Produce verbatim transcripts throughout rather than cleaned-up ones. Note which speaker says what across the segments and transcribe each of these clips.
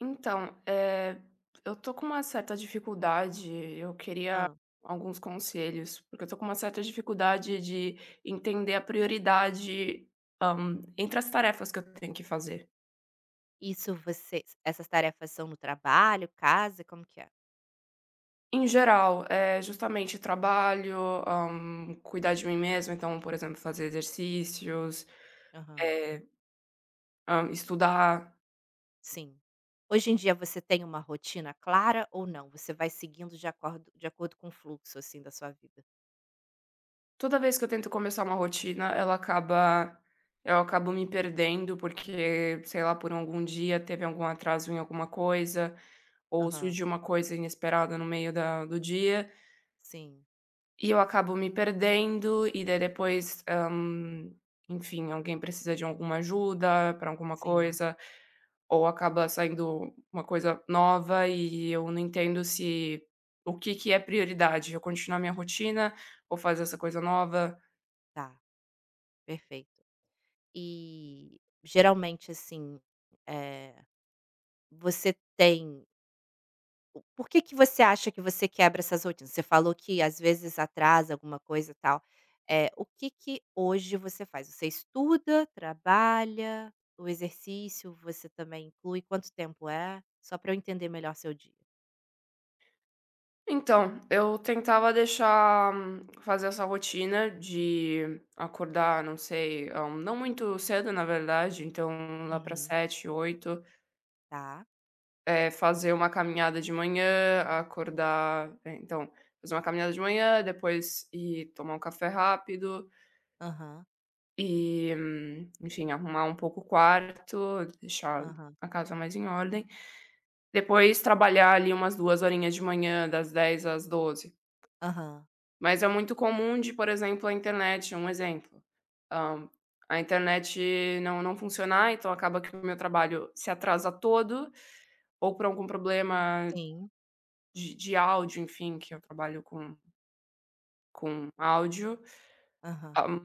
Speaker 1: Então, eh, eu tô com uma certa dificuldade, eu queria
Speaker 2: Hã.
Speaker 1: alguns conselhos, porque eu tô com uma certa dificuldade de entender a prioridade, hã, entre as tarefas que eu tenho que fazer.
Speaker 2: Isso você essas tarefas são no trabalho, casa, como que é?
Speaker 1: Em geral, eh, justamente trabalho, hã, cuidar de mim mesma, então, por exemplo, fazer exercícios,
Speaker 2: Aham.
Speaker 1: eh, hã, estudar.
Speaker 2: Sim. Hoje em dia você tem uma rotina clara ou não? Você vai seguindo de acordo de acordo com o fluxo, assim, da sua vida?
Speaker 1: Toda vez que eu tento começar uma rotina, ela acaba eu acabo me perdendo, porque, sei lá, por algum dia teve algum atraso em alguma coisa, ou
Speaker 2: Aham.
Speaker 1: surgiu uma coisa inesperada no meio da do dia,
Speaker 2: Sim,
Speaker 1: e eu acabo me perdendo, e daí depois, hã, enfim, alguém precisa de alguma ajuda para alguma
Speaker 2: sim.
Speaker 1: coisa, ou acaba saindo uma coisa nova e eu não entendo se o que que é prioridade, eu continuar minha rotina ou fazer essa coisa nova.
Speaker 2: Tá, perfeito. E geralmente, assim, eh, você tem O por que que você acha que você quebra essas rotinas? Você falou que às vezes atrasa alguma coisa, e tal. Eh, o que que hoje você faz? Você estuda, trabalha, o exercício você também inclui? Quanto tempo é? Só para eu entender melhor seu dia.
Speaker 1: Então, eu tentava deixar hum, fazer essa rotina de acordar, não sei, ah, não muito cedo, na verdade, então lá para
Speaker 2: Uhum.
Speaker 1: sete, oito,
Speaker 2: Tá.
Speaker 1: eh, fazer uma caminhada de manhã, acordar, eh, então, fazer uma caminhada de manhã, depois ir tomar um café rápido
Speaker 2: Aham,
Speaker 1: e, hum, enfim, arrumar um pouco o quarto, deixar
Speaker 2: aham,
Speaker 1: a casa mais em ordem. Depois trabalhar ali umas duas horinhas de manhã, das dez às doze.
Speaker 2: aham.
Speaker 1: Mas é muito comum de, por exemplo, a internet um exemplo, hã, a internet não não funcionar, então acaba que o meu trabalho se atrasa todo, ou por algum problema
Speaker 2: Sim.
Speaker 1: de de áudio, enfim, que eu trabalho com com áudio,
Speaker 2: Aham.
Speaker 1: hã,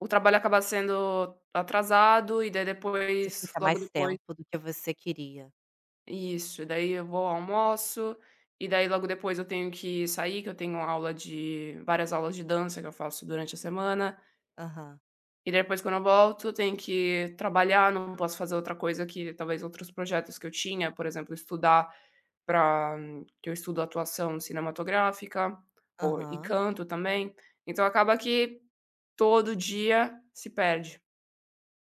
Speaker 1: o trabalho acaba sendo atrasado e daí
Speaker 2: Você
Speaker 1: depois
Speaker 2: fica
Speaker 1: logo
Speaker 2: mais
Speaker 1: depois
Speaker 2: tempo do que você queria.
Speaker 1: isso, e daí eu vou ao almoço, e daí logo depois eu tenho que sair, que eu tenho aula de várias aulas de dança que eu faço durante a semana.
Speaker 2: Aham,
Speaker 1: E depois quando eu volto, eu tenho que trabalhar, não posso fazer outra coisa que talvez outros projetos que eu tinha, por exemplo, estudar para que eu estudo atuação cinematográfica ou e
Speaker 2: aham,
Speaker 1: canto também, então acaba que todo dia se perde.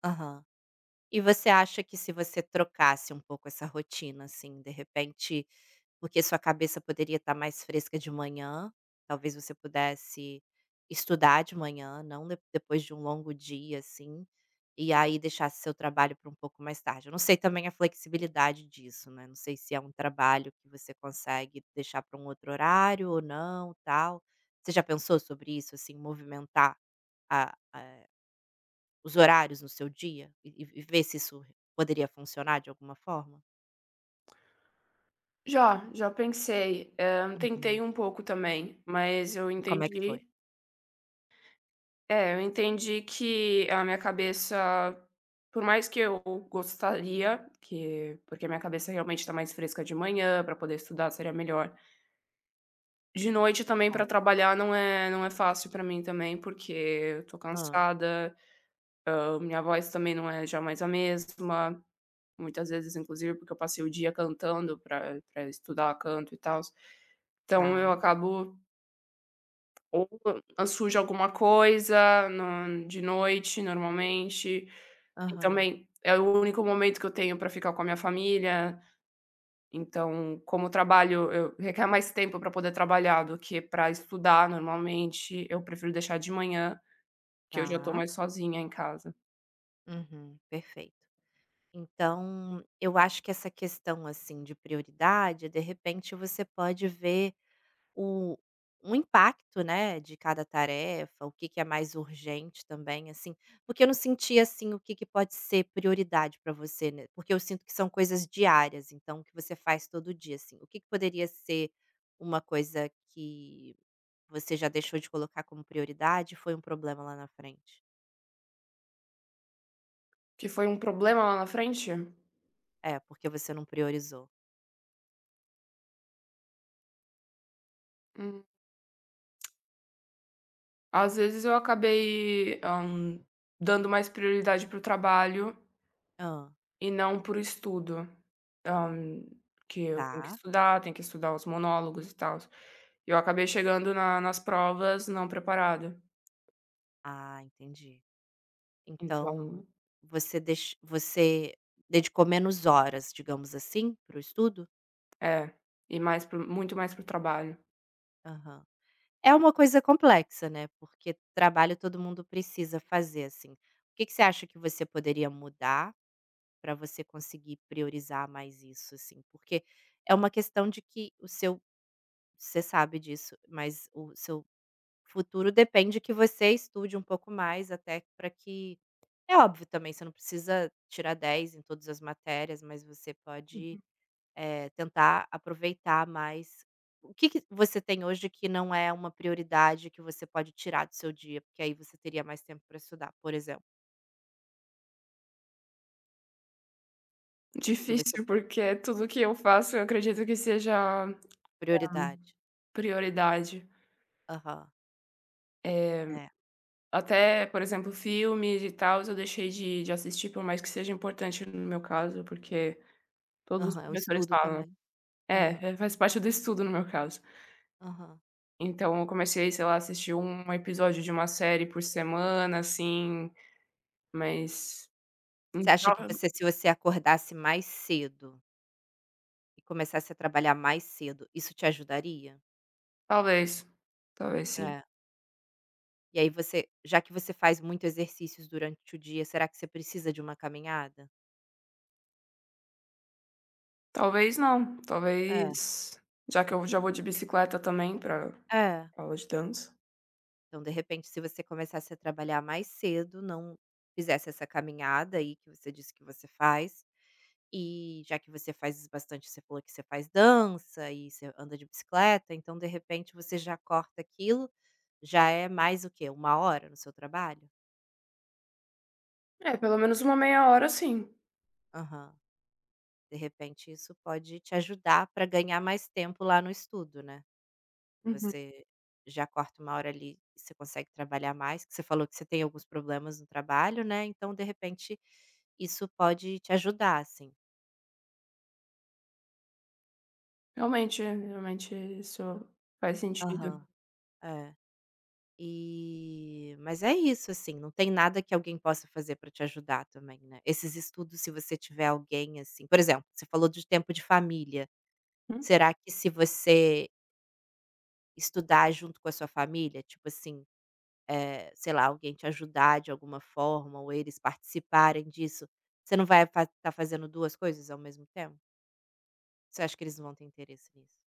Speaker 2: aham. E você acha que se você trocasse um pouco essa rotina, assim, de repente porque sua cabeça poderia estar mais fresca de manhã, talvez você pudesse estudar de manhã, não de depois de um longo dia, assim, e aí deixasse seu trabalho para um pouco mais tarde. Eu não sei também a flexibilidade disso, né, não sei se é um trabalho que você consegue deixar para um outro horário ou não, tal. Você já pensou sobre isso, assim, movimentar a eh, os horários no seu dia e e e ver se isso poderia funcionar de alguma forma?
Speaker 1: Já, já pensei, hã, tentei
Speaker 2: Uhum.
Speaker 1: um pouco também, mas eu
Speaker 2: E como é que foi?
Speaker 1: entendi. É, eu entendi que a minha cabeça, por mais que eu gostaria que porque a minha cabeça realmente está mais fresca de manhã, para poder estudar seria melhor. De noite também para
Speaker 2: Tá.
Speaker 1: trabalhar não é não é fácil para mim também, porque eu tô
Speaker 2: Hã.
Speaker 1: cansada, hã, minha voz também não é já mais a mesma, muitas vezes inclusive porque eu passei o dia cantando para pra estudar canto e tal. Então eu
Speaker 2: Tá.
Speaker 1: acabo. Ou ah, suja alguma coisa no de noite, normalmente. E
Speaker 2: Aham.
Speaker 1: também é o único momento que eu tenho para ficar com a minha família, então, como o trabalho eu requer mais tempo para poder trabalhar do que para estudar normalmente, eu prefiro deixar de manhã, que eu já tô
Speaker 2: Tá.
Speaker 1: mais sozinha em casa.
Speaker 2: Uhum. Perfeito. Então, eu acho que essa questão, assim, de prioridade, de repente você pode ver O um impacto, né, de cada tarefa, o que que é mais urgente também, assim, porque eu não senti, assim, o que que pode ser prioridade para você, né, porque eu sinto que são coisas diárias, então o que você faz todo dia, assim, o que que poderia ser uma coisa que você já deixou de colocar como prioridade e foi um problema lá na frente?
Speaker 1: Que foi um problema lá na frente?
Speaker 2: É, porque você não priorizou.
Speaker 1: Hum, às vezes eu acabei, hã, dando mais prioridade para o trabalho
Speaker 2: Ah,
Speaker 1: e não por estudo, hã, que eu tenho que
Speaker 2: tá.
Speaker 1: estudar, tenho que estudar os monólogos e tal. E eu acabei chegando na nas provas não preparada.
Speaker 2: Ah, entendi. Então,
Speaker 1: Então
Speaker 2: você deix você dedicou menos horas, digamos assim, para o estudo?
Speaker 1: é, e mais para muito mais para o trabalho.
Speaker 2: Aham. É uma coisa complexa, né, porque trabalho todo mundo precisa fazer, assim. O que que você acha que você poderia mudar para você conseguir priorizar mais isso, assim? Porque é uma questão de que o seu você sabe disso, mas o seu futuro depende que você estude um pouco mais até para que é óbvio também, você não precisa tirar dez em todas as matérias, mas você pode eh, tentar aproveitar mais o que que você tem hoje que não é uma prioridade que você pode tirar do seu dia? Porque aí você teria mais tempo para estudar, por exemplo, que vai ser
Speaker 1: Difícil, porque tudo que eu faço eu acredito que seja, hã,
Speaker 2: prioridade.
Speaker 1: prioridade.
Speaker 2: Aham, é.
Speaker 1: Até, por exemplo, filmes e tal eu deixei de de assistir, por mais que seja importante no meu caso, porque todos os
Speaker 2: Aham, é um
Speaker 1: professores
Speaker 2: estudo
Speaker 1: falam.
Speaker 2: também. Aham,
Speaker 1: É, é, faz parte do estudo no meu caso.
Speaker 2: aham.
Speaker 1: Então eu comecei, sei lá, a assistir um episódio de uma série por semana, assim, mas
Speaker 2: Você acha
Speaker 1: então
Speaker 2: que você se você acordasse mais cedo e começasse a trabalhar mais cedo, isso te ajudaria?
Speaker 1: talvez, talvez sim.
Speaker 2: É. E aí você já que você faz muito exercícios durante o dia, será que você precisa de uma caminhada?
Speaker 1: Talvez não,
Speaker 2: É,
Speaker 1: talvez já que eu já vou de bicicleta também pra
Speaker 2: é.
Speaker 1: aula de dança.
Speaker 2: Então, de repente, se você começasse a trabalhar mais cedo, não fizesse essa caminhada aí que você disse que você faz, e já que você faz bastante, você falou que você faz dança e você anda de bicicleta, então, de repente, você já corta aquilo, já é mais o quê? Uma hora no seu trabalho?
Speaker 1: É, pelo menos uma meia hora sim.
Speaker 2: Aham. De repente, isso pode te ajudar para ganhar mais tempo lá no estudo, né?
Speaker 1: Uhum.
Speaker 2: Você já corta uma hora ali e você consegue trabalhar mais, que você falou que você tem alguns problemas no trabalho, né, então de repente isso pode te ajudar, assim.
Speaker 1: Realmente, realmente isso faz sentido.
Speaker 2: Aham. É. E mas é isso, assim, não tem nada que alguém possa fazer para te ajudar também, né. Esses estudos, se você tiver alguém, assim por exemplo, você falou de tempo de família,
Speaker 1: Hum?
Speaker 2: será que se você estudar junto com a sua família, tipo assim eh, sei lá, alguém te ajudar de alguma forma ou eles participarem disso, você não vai estar fazendo duas coisas ao mesmo tempo? Você acha que eles não vão ter interesse nisso?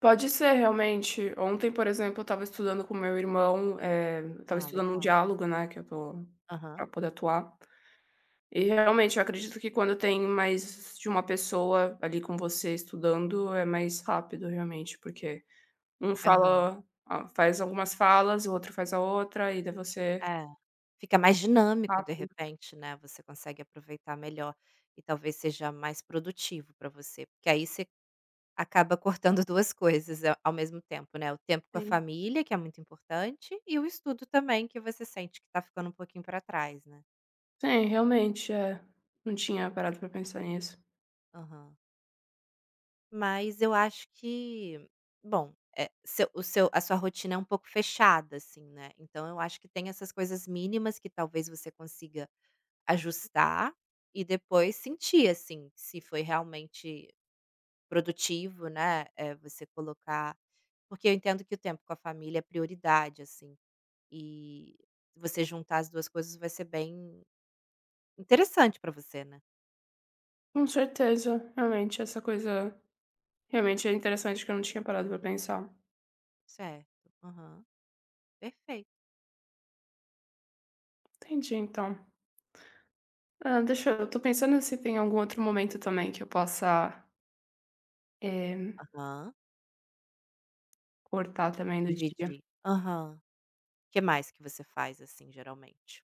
Speaker 1: Pode ser realmente. Ontem, por exemplo, eu estava estudando com meu irmão, eh, eu estava
Speaker 2: Ah,
Speaker 1: estudando um
Speaker 2: legal.
Speaker 1: diálogo, né, que eu tô
Speaker 2: Aham,
Speaker 1: para poder atuar. E realmente eu acredito que quando tem mais de uma pessoa ali com você estudando, é mais rápido realmente, porque um
Speaker 2: aham.
Speaker 1: fala a faz algumas falas, o outro faz a outra e daí você
Speaker 2: É. Fica mais dinâmico, de
Speaker 1: rápido
Speaker 2: repente, né, você consegue aproveitar melhor e talvez seja mais produtivo para você, porque aí você acaba cortando duas coisas a ao mesmo tempo, né, o tempo com a
Speaker 1: sim.
Speaker 2: família, que é muito importante, e o estudo também, que você sente que tá ficando um pouquinho para trás, né.
Speaker 1: Sim, realmente, é. Não tinha parado pra pensar nisso.
Speaker 2: Aham. Mas eu acho que, bom, eh, seu o seu a sua rotina é um pouco fechada, assim, né, então eu acho que tem essas coisas mínimas que talvez você consiga ajustar e depois sentir, assim, se foi realmente produtivo, né, eh, você colocar porque eu entendo que o tempo com a família é prioridade, assim, e você juntar as duas coisas vai ser bem interessante pra você, né.
Speaker 1: Com certeza, realmente essa coisa realmente é interessante que eu não tinha parado pra pensar.
Speaker 2: Certo. Aham. Perfeito.
Speaker 1: Entendi então. Ah, deixa eu Eu tô pensando se tem algum outro momento também que eu possa, eh,
Speaker 2: Aham.
Speaker 1: cortar também do dia.
Speaker 2: Dividir. Aham. Que mais que você faz, assim, geralmente?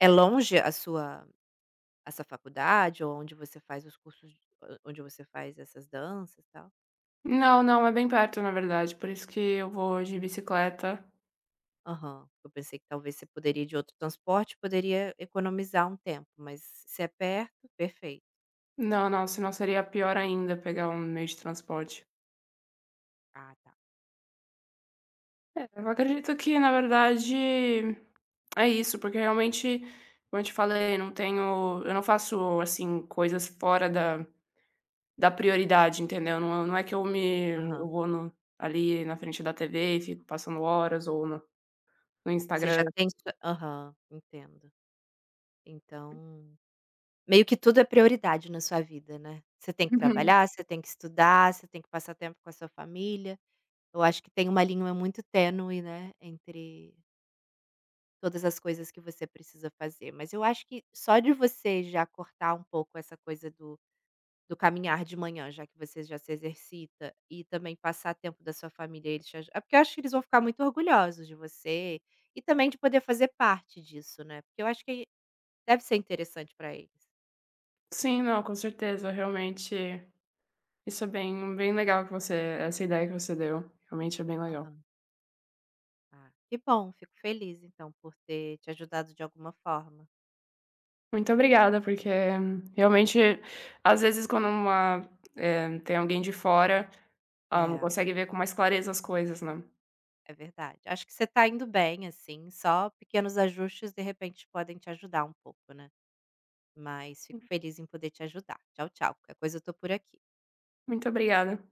Speaker 2: É longe a sua essa faculdade ou onde você faz os cursos de- o onde você faz essas danças, e tal?
Speaker 1: Não, não, é bem perto, na verdade, por isso que eu vou de bicicleta.
Speaker 2: Aham. Eu pensei que talvez você poderia ir de outro transporte, poderia economizar um tempo, mas se é perto, perfeito.
Speaker 1: Não, não, senão seria pior ainda pegar um meio de transporte.
Speaker 2: Ah, tá.
Speaker 1: É, eu acredito que, na verdade, é isso, porque realmente, como eu te falei, não tenho, eu não faço assim coisas fora da, da prioridade, entendeu? Não, não é que eu me eu
Speaker 2: Aham.
Speaker 1: vou no- ali na frente da T V e fico passando horas ou no, no
Speaker 2: Você
Speaker 1: Instagram.
Speaker 2: já tem sua aham, entendo. Então, meio que tudo é prioridade na sua vida, né. Você tem que
Speaker 1: Uhum.
Speaker 2: trabalhar, você tem que estudar, você tem que passar tempo com a sua família. Eu acho que tem uma linha muito tênue, né, entre todas as coisas que você precisa fazer, mas eu acho que só de você já cortar um pouco essa coisa do do caminhar de manhã, já que você já se exercita, e também passar tempo da sua família, eles te aju é porque eu acho que eles vão ficar muito orgulhosos de você, e também de poder fazer parte disso, né, porque eu acho que deve ser interessante para eles.
Speaker 1: Sim, não, com certeza, realmente isso é bem bem legal que você essa ideia que você deu, realmente é bem legal.
Speaker 2: Aham. Ah, que bom, fico feliz então por ter te ajudado de alguma forma.
Speaker 1: Muito obrigada, porque realmente, às vezes, quando uma eh, tem alguém de fora, ah, não
Speaker 2: É,
Speaker 1: consegue ver com mais clareza as coisas, né.
Speaker 2: é verdade. Acho que você tá indo bem, assim, só pequenos ajustes de repente podem te ajudar um pouco, né. Mas fico feliz em poder te ajudar. Tchau, tchau. Qualquer coisa eu tô por aqui.
Speaker 1: Muito obrigada.